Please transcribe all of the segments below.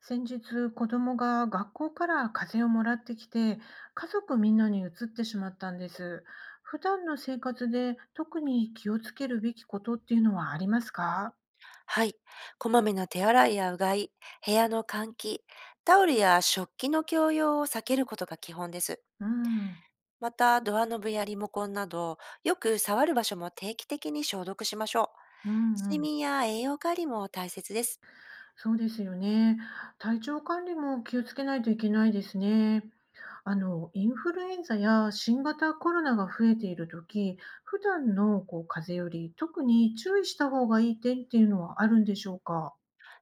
先日、子供が学校から風邪をもらってきて、家族みんなにうつってしまったんです。普段の生活で特に気をつけるべきことっていうのはありますか？はい。こまめな手洗いやうがい、部屋の換気、タオルや食器の共用を避けることが基本です。うん。また、ドアノブやリモコンなど、よく触る場所も定期的に消毒しましょう。うん睡うん。眠や栄養管理も大切です。そうですよね。体調管理も気をつけないといけないですね。インフルエンザや新型コロナが増えているとき、普段のこう風邪より特に注意した方がいい点っていうのはあるんでしょうか？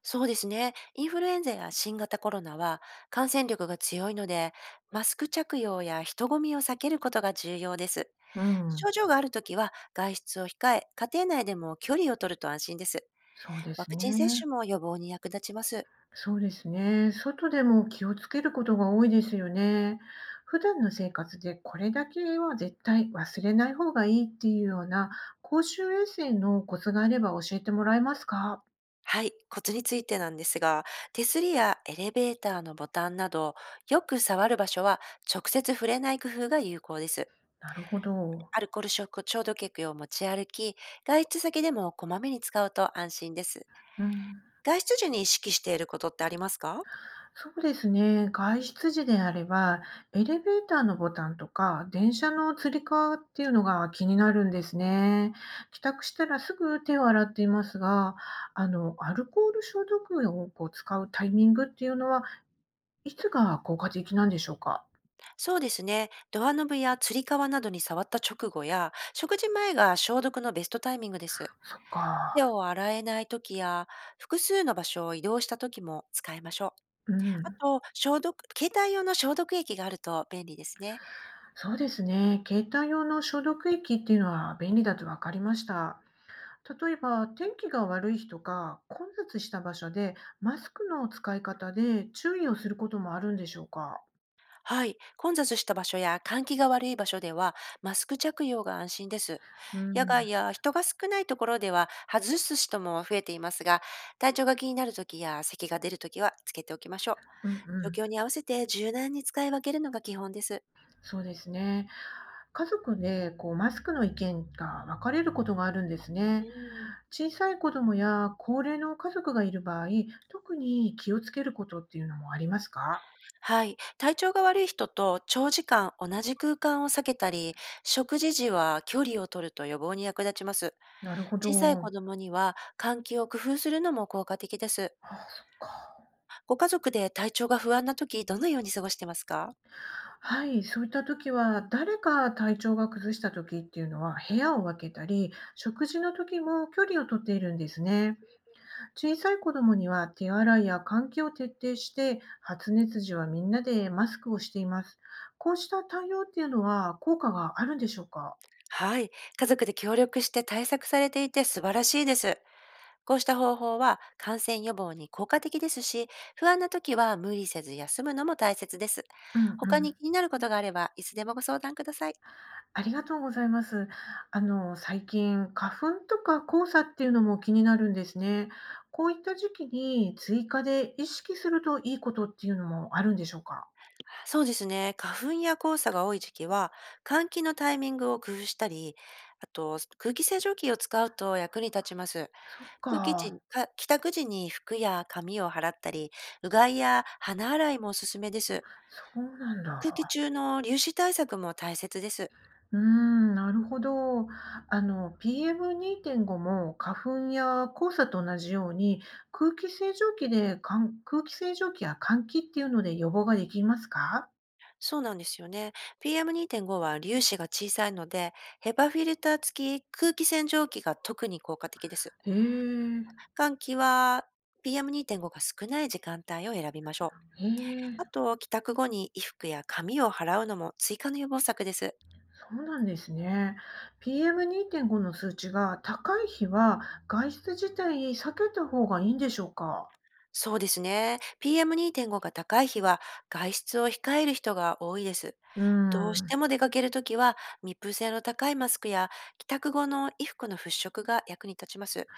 そうですね。インフルエンザや新型コロナは感染力が強いので、マスク着用や人混みを避けることが重要です。うん、症状があるときは外出を控え、家庭内でも距離を取ると安心です。そうでワすクね。チン接種も予防に役立ちます。そうですね。外でも気をつけることが多いですよね。普段の生活でこれだけは絶対忘れない方がいいっていうような公衆衛生のコツがあれば教えてもらえますか？はい、コツについてなんですが、手すりやエレベーターのボタンなど、よく触る場所は直接触れない工夫が有効です。なるほど。アルコール消毒液を持ち歩き、外出先でもこまめに使うと安心です。うん、外出時に意識していることってありますか？そうですね。外出時であれば、エレベーターのボタンとか、電車のつり革っていうのが気になるんですね。帰宅したらすぐ手を洗っていますが、アルコール消毒液をこう使うタイミングっていうのは、いつが効果的なんでしょうか？そうですね。ドアノブやつり革などに触った直後や、食事前が消毒のベストタイミングです。そっか。手を洗えない時や、複数の場所を移動した時も使いましょう。うあん。と、携帯用の消毒液があると便利ですね。そうですね。携帯用の消毒液っていうのは便利だと分かりました。例えば、天気が悪い日とか、混雑した場所で、マスクの使い方で注意をすることもあるんでしょうか？はい。混雑した場所や換気が悪い場所では、マスク着用が安心です。う野外ん。や人が少ないところでは、外す人も増えていますが、体調が気になるときや咳が出るときはつけておきましょう。うんうん。状況に合わせて柔軟に使い分けるのが基本です。そうですね。家族で、マスクの意見が分かれることがあるんですうね。ん。小さい子供や高齢の家族がいる場合、特に気をつけることっていうのもありますか？はい。体調が悪い人と長時間同じ空間を避けたり、食事時は距離を取ると予防に役立ちます。なるほ小ど。さい子供には換気を工夫するのも効果的です。ああ、そっか。ご家族で体調が不安な時、どのように過ごしてますか？はい、そういった時は、誰か体調が崩した時っていうのは、部屋を分けたり、食事の時も距離をとっているんですね。小さい子供には手洗いや換気を徹底して、発熱時はみんなでマスクをしています。こうした対応っていうのは効果があるんでしょうか？はい。家族で協力して対策されていて素晴らしいです。こうした方法は感染予防に効果的ですし、不安な時は無理せず休むのも大切です。うんう他に気ん。になることがあれば、いつでもご相談ください。ありがとうございます。最近、花粉とか黄砂っていうのも気になるんですね。こういった時期に追加で意識するといいことっていうのもあるんでしょうか？そうですね。花粉や黄砂が多い時期は、換気のタイミングを工夫したり、あと空気清浄機を使うと役に立ちます。そっ通勤時にか、か帰宅時に服や髪を払ったり、うがいや鼻洗いもおすすめです。そうなん空気だ。中の粒子対策も大切です。うーん、なるほど。PM2.5 も花粉や黄砂と同じように、空気清浄機や換気っていうので予防ができますか？そうなんですよね。PM2.5 は粒子が小さいので、ヘパフィルター付き空気洗浄機が特に効果的です。へえ、換気は PM2.5 が少ない時間帯を選びましょう。へあえ。と、帰宅後に衣服や髪を払うのも追加の予防策です。そうなんですね。PM2.5 の数値が高い日は外出自体避けた方がいいんでしょうか？そうですね。PM2.5 が高い日は外出を控える人が多いです。うーどうしてん、も出かけるときは、密封性の高いマスクや帰宅後の衣服の払拭が役に立ちます。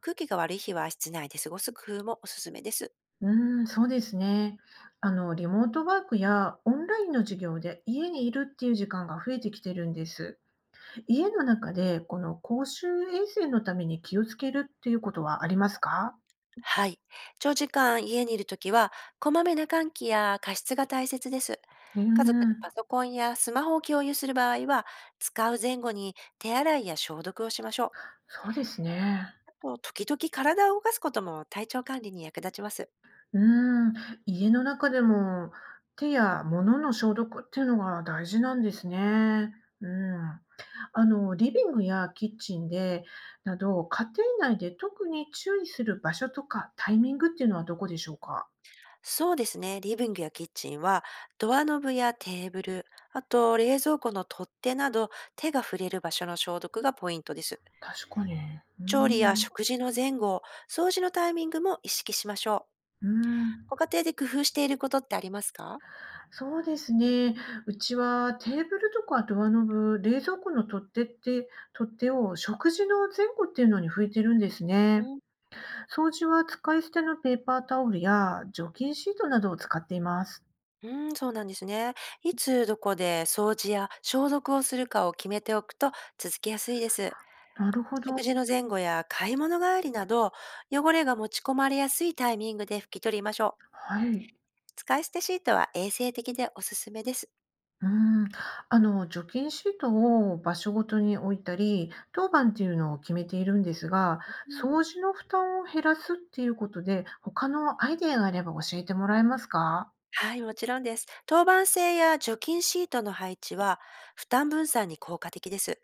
空気が悪い日は室内で過ごす工夫もおすすめです。うん、そうですね。リモートワークやオンラインの授業で家にいるっていう時間が増えてきてるんです。家の中でこの公衆衛生のために気をつけるっていうことはありますか？はい。長時間家にいるときは、こまめな換気や加湿が大切です。うー家族でん、パソコンやスマホを共有する場合は、使う前後に手洗いや消毒をしましょう。そうですね。あと、時々体を動かすことも体調管理に役立ちます。うーん、家の中でも手や物の消毒っていうのが大事なんですね。うん。リビングやキッチンで、など、家庭内で特に注意する場所とかタイミングっていうのはどこでしょうか？そうですね。リビングやキッチンはドアノブやテーブル、あと冷蔵庫の取っ手など手が触れる場所の消毒がポイントです。確かに。う調理やん。食事の前後、掃除のタイミングも意識しましょうう。ん。ご家庭で工夫していることってありますか？そうですね。うちはテーブルとかドアノブ、冷蔵庫の取っ手を食事の前後っていうのに拭いてるんですね。うん、掃除は使い捨てのペーパータオルや除菌シートなどを使っています。うん、そうなんですね。いつどこで掃除や消毒をするかを決めておくと続けやすいです。なるほ食ど。事の前後や買い物帰りなど、汚れが持ち込まれやすいタイミングで拭き取りましょう。はい。使い捨てシートは衛生的でおすすめです。うん。除菌シートを場所ごとに置いたり、当番っていうのを決めているんですが、うん、掃除の負担を減らすっていうことで、他のアイデアがあれば教えてもらえますか？はい、もちろんです。当番制や除菌シートの配置は負担分散に効果的です。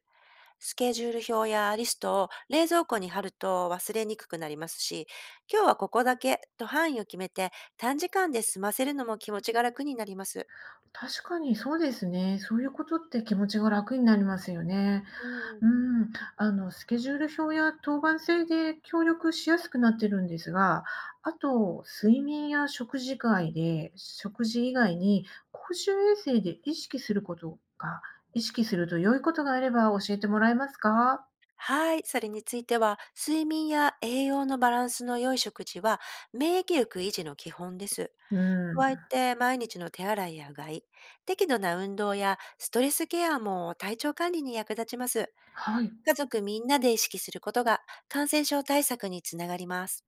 スケジュール表やリストを冷蔵庫に貼ると忘れにくくなりますし、今日はここだけと範囲を決めて短時間で済ませるのも気持ちが楽になります。確かにそうですね。そういうことって気持ちが楽になりますよね。うん、うーん、スケジュール表や当番制で協力しやすくなってるんですが、あと、睡眠や食事以外に公衆衛生で意識すると良いことがあれば教えてもらえますか？はい、それについては、睡眠や栄養のバランスの良い食事は免疫力維持の基本です。うん、加えて毎日の手洗いやうがい、適度な運動やストレスケアも体調管理に役立ちます。はい。家族みんなで意識することが感染症対策につながります。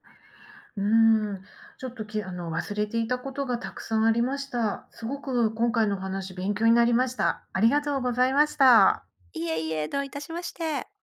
うん、ちょっときあの、忘れていたことがたくさんありました。すごく今回のお話勉強になりました。ありがとうございました。いえいえ、どういたしまして。